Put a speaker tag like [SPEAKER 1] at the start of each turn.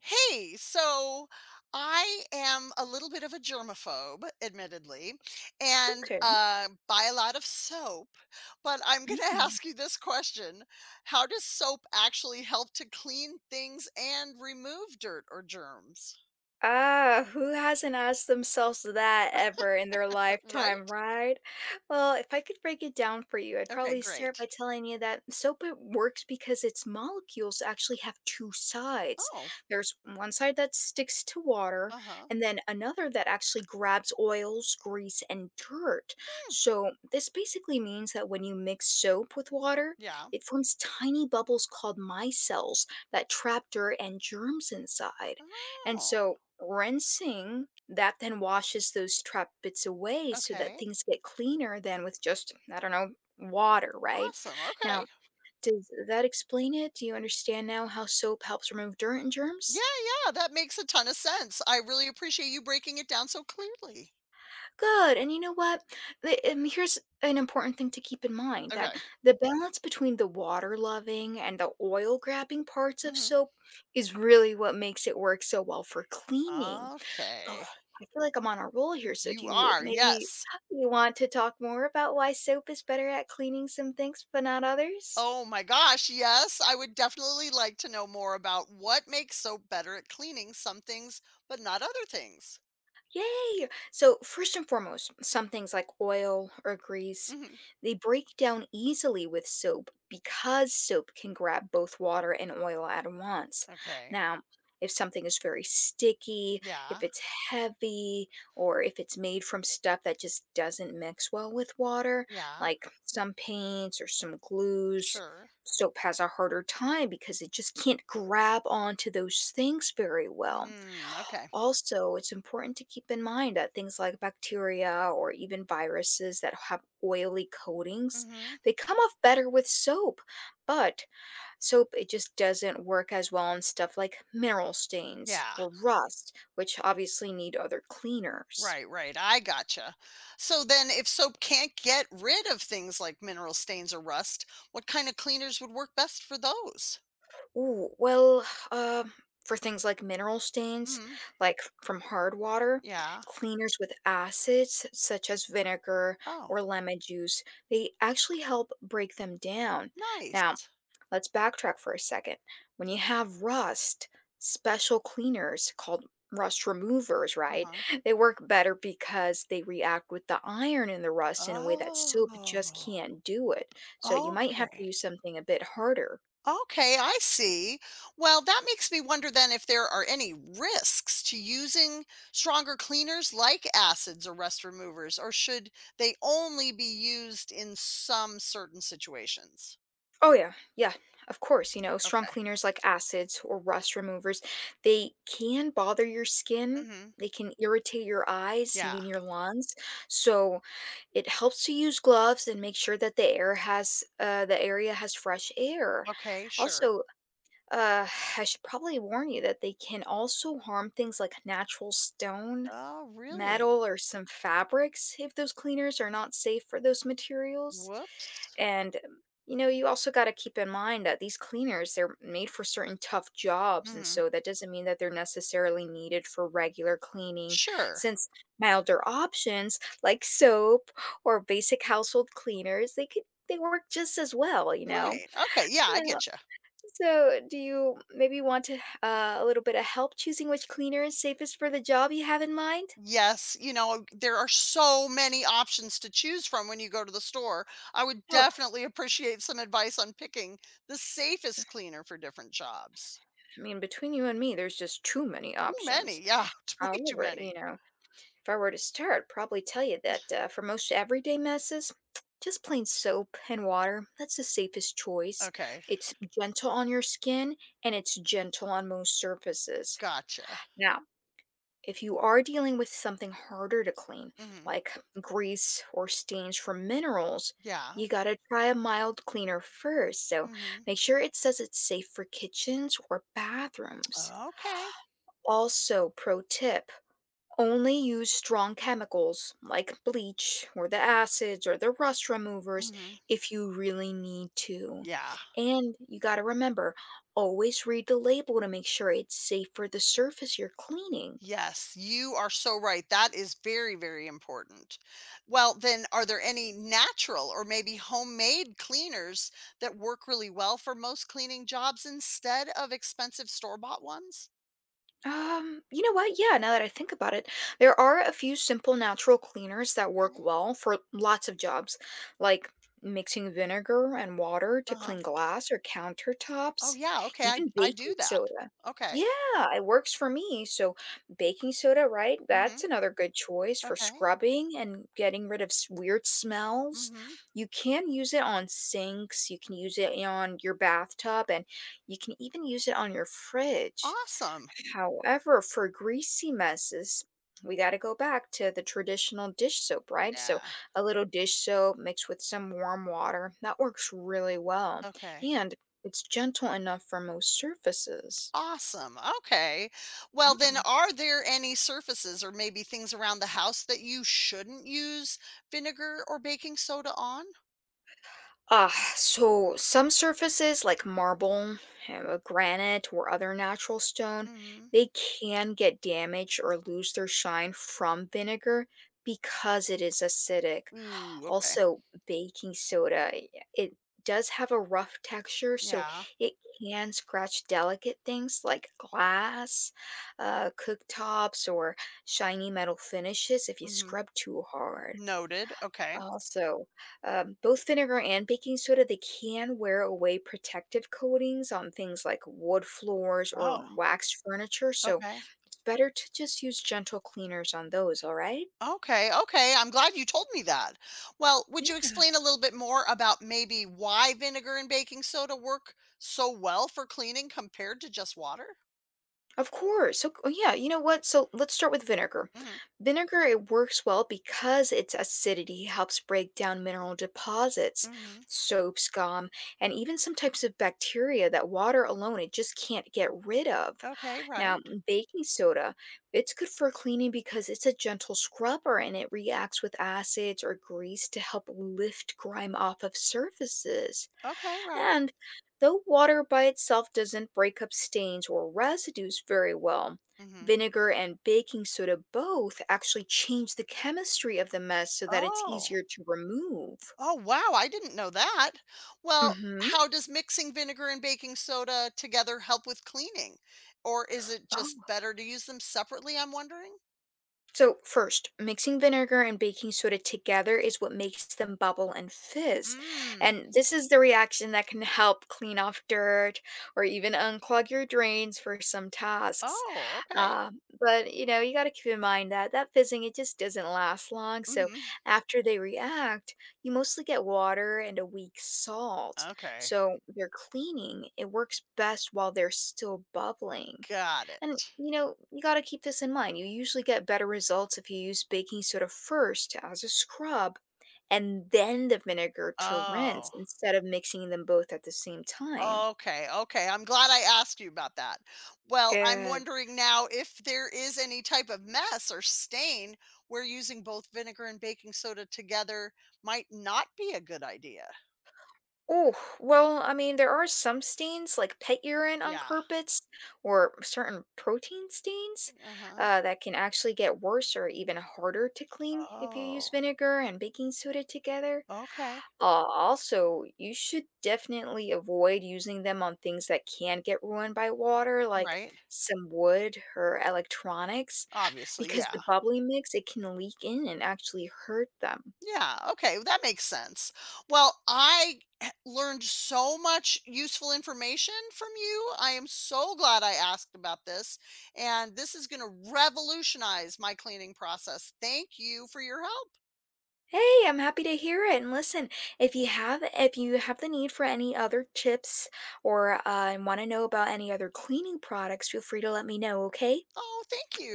[SPEAKER 1] Hey, so I am a little bit of a germaphobe, admittedly, and
[SPEAKER 2] Okay.
[SPEAKER 1] buy a lot of soap. But I'm going to
[SPEAKER 2] Mm.
[SPEAKER 1] ask you this question. How does soap actually help to clean things and remove dirt or germs?
[SPEAKER 2] Ah, who hasn't asked themselves that ever in their lifetime,
[SPEAKER 1] Right?
[SPEAKER 2] right? Well, if I could break it down for you, I'd
[SPEAKER 1] Okay,
[SPEAKER 2] probably start
[SPEAKER 1] great.
[SPEAKER 2] by telling you that soap it works because its molecules actually have two sides.
[SPEAKER 1] Oh,
[SPEAKER 2] There's one side that sticks to water,
[SPEAKER 1] uh huh.
[SPEAKER 2] and then another that actually grabs oils, grease, and dirt. So, this basically means that when you mix soap with water,
[SPEAKER 1] Yeah.
[SPEAKER 2] it forms tiny bubbles called micelles that trap dirt and germs inside. And
[SPEAKER 1] Oh,
[SPEAKER 2] so rinsing that then washes those trapped bits away so that
[SPEAKER 1] okay.
[SPEAKER 2] things get cleaner than with just, I don't know, water, right?
[SPEAKER 1] Awesome. Okay.
[SPEAKER 2] Now, does that explain it? Do you understand now how soap helps remove dirt and
[SPEAKER 1] Yeah,
[SPEAKER 2] germs?
[SPEAKER 1] yeah. That makes a ton of sense. I really appreciate you breaking it down so clearly.
[SPEAKER 2] Good. And you know what? Here's an important thing to keep in mind that
[SPEAKER 1] Okay.
[SPEAKER 2] the balance between the water loving and the oil grabbing parts of
[SPEAKER 1] Mm-hmm.
[SPEAKER 2] soap is really what makes it work so well for cleaning. Oh,
[SPEAKER 1] Okay.
[SPEAKER 2] I feel like I'm on a roll here, so do
[SPEAKER 1] You
[SPEAKER 2] you
[SPEAKER 1] are,
[SPEAKER 2] maybe
[SPEAKER 1] yes.
[SPEAKER 2] you want to talk more about why soap is better at cleaning some things but not others?
[SPEAKER 1] Oh my gosh, yes. I would definitely like to know more about what makes soap better at cleaning some things, but not other things.
[SPEAKER 2] Yay! So, first and foremost, some things like oil or grease,
[SPEAKER 1] Hmm.
[SPEAKER 2] they break down easily with soap because soap can grab both water and oil at once.
[SPEAKER 1] Okay.
[SPEAKER 2] Now, if something is very sticky, if
[SPEAKER 1] Yeah.
[SPEAKER 2] it's heavy, or if it's made from stuff that just doesn't mix well with water,
[SPEAKER 1] Yeah.
[SPEAKER 2] like some paints or some glues,
[SPEAKER 1] Sure.
[SPEAKER 2] soap has a harder time because it just can't grab onto those things very well.
[SPEAKER 1] Mm, okay.
[SPEAKER 2] Also, it's important to keep in mind that things like bacteria or even viruses that have oily coatings,
[SPEAKER 1] Hmm.
[SPEAKER 2] they come off better with soap, but soap it just doesn't work as well on stuff like mineral stains
[SPEAKER 1] Yeah.
[SPEAKER 2] or rust, which obviously need other cleaners.
[SPEAKER 1] Right, right. I gotcha. So then, if soap can't get rid of things like mineral stains or rust, what kind of cleaners would work best for those?
[SPEAKER 2] Ooh, well, um, for things like mineral stains,
[SPEAKER 1] Hmm.
[SPEAKER 2] like from hard water,
[SPEAKER 1] Yeah.
[SPEAKER 2] cleaners with acids such as vinegar
[SPEAKER 1] Oh,
[SPEAKER 2] or lemon juice, they actually help break them down. Now,
[SPEAKER 1] nice.
[SPEAKER 2] let's backtrack for a second. When you have rust, special cleaners called rust removers,
[SPEAKER 1] Uh
[SPEAKER 2] right?
[SPEAKER 1] huh.
[SPEAKER 2] They work better because they react with the iron in the rust in a way that soap just
[SPEAKER 1] Oh,
[SPEAKER 2] can't do it. So you might have to
[SPEAKER 1] okay.
[SPEAKER 2] use something a bit harder.
[SPEAKER 1] Okay, I see. Well, that makes me wonder then if there are any risks to using stronger cleaners like acids or rust removers, or should they only be used in some certain situations?
[SPEAKER 2] Oh yeah, yeah, of course. You know, strong
[SPEAKER 1] Okay.
[SPEAKER 2] cleaners like acids or rust removers, they can bother your skin.
[SPEAKER 1] Hmm.
[SPEAKER 2] They can irritate your eyes,
[SPEAKER 1] Yeah.
[SPEAKER 2] even your lungs. So it helps to use gloves and make sure that the area has fresh air.
[SPEAKER 1] Okay, sure.
[SPEAKER 2] Also, uh, I should probably warn you that they can also harm things like natural stone,
[SPEAKER 1] Oh, really?
[SPEAKER 2] metal, or some fabrics if those cleaners are not safe for those materials.
[SPEAKER 1] Whoops.
[SPEAKER 2] And you know, you also got to keep in mind that these cleaners, they're made for certain tough jobs. And
[SPEAKER 1] Hmm.
[SPEAKER 2] so that doesn't mean that they're necessarily needed for regular cleaning,
[SPEAKER 1] Sure.
[SPEAKER 2] since milder options like soap or basic household cleaners, they work just as well, you know.
[SPEAKER 1] Right. Okay. Yeah, I
[SPEAKER 2] Now,
[SPEAKER 1] get you.
[SPEAKER 2] so do you maybe want to a little bit of help choosing which cleaner is safest for the job you have in mind?
[SPEAKER 1] Yes, you know, there are so many options to choose from when you go to the store. I would
[SPEAKER 2] Oh,
[SPEAKER 1] definitely appreciate some advice on picking the safest cleaner for different jobs.
[SPEAKER 2] I mean, between you and me, there's just too many
[SPEAKER 1] Too
[SPEAKER 2] options.
[SPEAKER 1] many, yeah, way too
[SPEAKER 2] However, you
[SPEAKER 1] many.
[SPEAKER 2] know, if I were to start, I'd probably tell you that for most everyday messes, just plain soap and water, that's the safest choice.
[SPEAKER 1] Okay,
[SPEAKER 2] It's gentle on your skin and it's gentle on most surfaces.
[SPEAKER 1] gotcha.
[SPEAKER 2] Now, if you are dealing with something harder to clean,
[SPEAKER 1] Mhm.
[SPEAKER 2] like grease or stains from minerals,
[SPEAKER 1] Yeah.
[SPEAKER 2] you gotta try a mild cleaner first. So
[SPEAKER 1] Mhm.
[SPEAKER 2] make sure it says it's safe for kitchens or bathrooms.
[SPEAKER 1] Okay.
[SPEAKER 2] Also, pro tip, only use strong chemicals like bleach or the acids or the rust removers
[SPEAKER 1] Mhm.
[SPEAKER 2] if you really need to.
[SPEAKER 1] Yeah.
[SPEAKER 2] And you got to remember, always read the label to make sure it's safe for the surface you're cleaning.
[SPEAKER 1] Yes, you are so right. That is very, very important. Well, then, are there any natural or maybe homemade cleaners that work really well for most cleaning jobs instead of expensive store-bought ones?
[SPEAKER 2] You know what? Yeah, now that I think about it, there are a few simple natural cleaners that work
[SPEAKER 1] Okay.
[SPEAKER 2] well for lots of jobs, like mixing vinegar and water to
[SPEAKER 1] Uh-huh.
[SPEAKER 2] clean glass or
[SPEAKER 1] Oh,
[SPEAKER 2] countertops,
[SPEAKER 1] yeah. Okay. I
[SPEAKER 2] even
[SPEAKER 1] I
[SPEAKER 2] baking
[SPEAKER 1] do that.
[SPEAKER 2] soda.
[SPEAKER 1] Okay.
[SPEAKER 2] Yeah, it works for me. So, baking soda, right? That's
[SPEAKER 1] Mhm.
[SPEAKER 2] another good choice for
[SPEAKER 1] Okay.
[SPEAKER 2] scrubbing and getting rid of weird smells.
[SPEAKER 1] Mhm.
[SPEAKER 2] You can use it on sinks, you can use it on your bathtub, and you can even use it on your fridge.
[SPEAKER 1] Awesome.
[SPEAKER 2] However, for greasy messes, we got to go back to the traditional dish soap, right? So,
[SPEAKER 1] Yeah.
[SPEAKER 2] a little dish soap mixed with some warm water, that works really well.
[SPEAKER 1] Okay.
[SPEAKER 2] And it's gentle enough for most surfaces.
[SPEAKER 1] Awesome. Okay. Well, then,
[SPEAKER 2] Mm.
[SPEAKER 1] are there any surfaces or maybe things around the house that you shouldn't use vinegar or baking soda on?
[SPEAKER 2] Ah, so some surfaces like marble, granite, or other natural stone,
[SPEAKER 1] Mhm.
[SPEAKER 2] they can get damaged or lose their shine from vinegar because it is acidic.
[SPEAKER 1] Ooh, okay.
[SPEAKER 2] Also, baking soda, yeah, it does have a rough texture, so
[SPEAKER 1] Yeah.
[SPEAKER 2] it can scratch delicate things like glass, cooktops, or shiny metal finishes if you
[SPEAKER 1] Mhm.
[SPEAKER 2] scrub too hard.
[SPEAKER 1] Noted. Okay.
[SPEAKER 2] Also, both vinegar and baking soda, they can wear away protective coatings on things like wood floors or
[SPEAKER 1] Oh,
[SPEAKER 2] waxed furniture, so
[SPEAKER 1] okay.
[SPEAKER 2] it's better to just use gentle cleaners on those, all right?
[SPEAKER 1] Okay. Okay. I'm glad you told me that. Well, would you explain a little bit more about maybe why vinegar and baking soda work so well for cleaning compared to just water?
[SPEAKER 2] Of course. So, oh, yeah, you know what? So, let's start with vinegar.
[SPEAKER 1] Mhm.
[SPEAKER 2] Vinegar, it works well because its acidity helps break down mineral deposits,
[SPEAKER 1] Mhm.
[SPEAKER 2] soap scum, and even some types of bacteria that water alone it just can't get rid of.
[SPEAKER 1] Okay,
[SPEAKER 2] Now,
[SPEAKER 1] right.
[SPEAKER 2] baking soda, it's good for cleaning because it's a gentle scrubber and it reacts with acids or grease to help lift grime off of surfaces.
[SPEAKER 1] Okay, right.
[SPEAKER 2] And though water by itself doesn't break up stains or residues very well,
[SPEAKER 1] Mhm.
[SPEAKER 2] vinegar and baking soda both actually change the chemistry of the mess so that it's
[SPEAKER 1] Oh.
[SPEAKER 2] easier to remove.
[SPEAKER 1] Oh, wow, I didn't know that. Well,
[SPEAKER 2] Mhm.
[SPEAKER 1] how does mixing vinegar and baking soda together help with cleaning? Or is it just
[SPEAKER 2] Oh.
[SPEAKER 1] better to use them separately, I'm wondering?
[SPEAKER 2] So, first, mixing vinegar and baking soda together is what makes them bubble and fizz.
[SPEAKER 1] Mm.
[SPEAKER 2] And this is the reaction that can help clean off dirt or even unclog your drains for some tasks.
[SPEAKER 1] Oh, okay.
[SPEAKER 2] Uh, but, you know, you got to keep in mind that that fizzing, it just doesn't last long. So,
[SPEAKER 1] Hmm.
[SPEAKER 2] after they react, you mostly get water and a weak salt.
[SPEAKER 1] Okay.
[SPEAKER 2] So, their cleaning, it works best while they're still bubbling.
[SPEAKER 1] Got
[SPEAKER 2] And
[SPEAKER 1] it.
[SPEAKER 2] you know, you got to keep this in mind. You usually get better results if you use baking soda first as a scrub and then the vinegar to rinse
[SPEAKER 1] Oh,
[SPEAKER 2] instead of mixing them both at the same time.
[SPEAKER 1] okay, okay. I'm glad I asked you about that. Well, I'm
[SPEAKER 2] Good.
[SPEAKER 1] wondering now if there is any type of mess or stain where using both vinegar and baking soda together might not be a good idea.
[SPEAKER 2] Oh, well, I mean, there are some stains like pet urine on
[SPEAKER 1] Yeah.
[SPEAKER 2] carpets or certain protein stains
[SPEAKER 1] Uh-huh.
[SPEAKER 2] that can actually get worse or even harder to clean if you use
[SPEAKER 1] Oh,
[SPEAKER 2] vinegar and baking soda together.
[SPEAKER 1] okay.
[SPEAKER 2] Also, you should definitely avoid using them on things that can get ruined by water, like
[SPEAKER 1] Right.
[SPEAKER 2] some wood or electronics,
[SPEAKER 1] Obviously,
[SPEAKER 2] because
[SPEAKER 1] yeah.
[SPEAKER 2] the bubbly mix, it can leak in and actually hurt them.
[SPEAKER 1] Yeah, okay, well, that makes sense. Well, I h learned so much useful information from you. I am so glad I asked about this, and this is gonna revolutionize my cleaning process. Thank you for your help.
[SPEAKER 2] Hey, I'm happy to hear it. And listen, if you have the need for any other tips or want to know about any other cleaning products, feel free to let me know, okay?
[SPEAKER 1] Oh, thank you.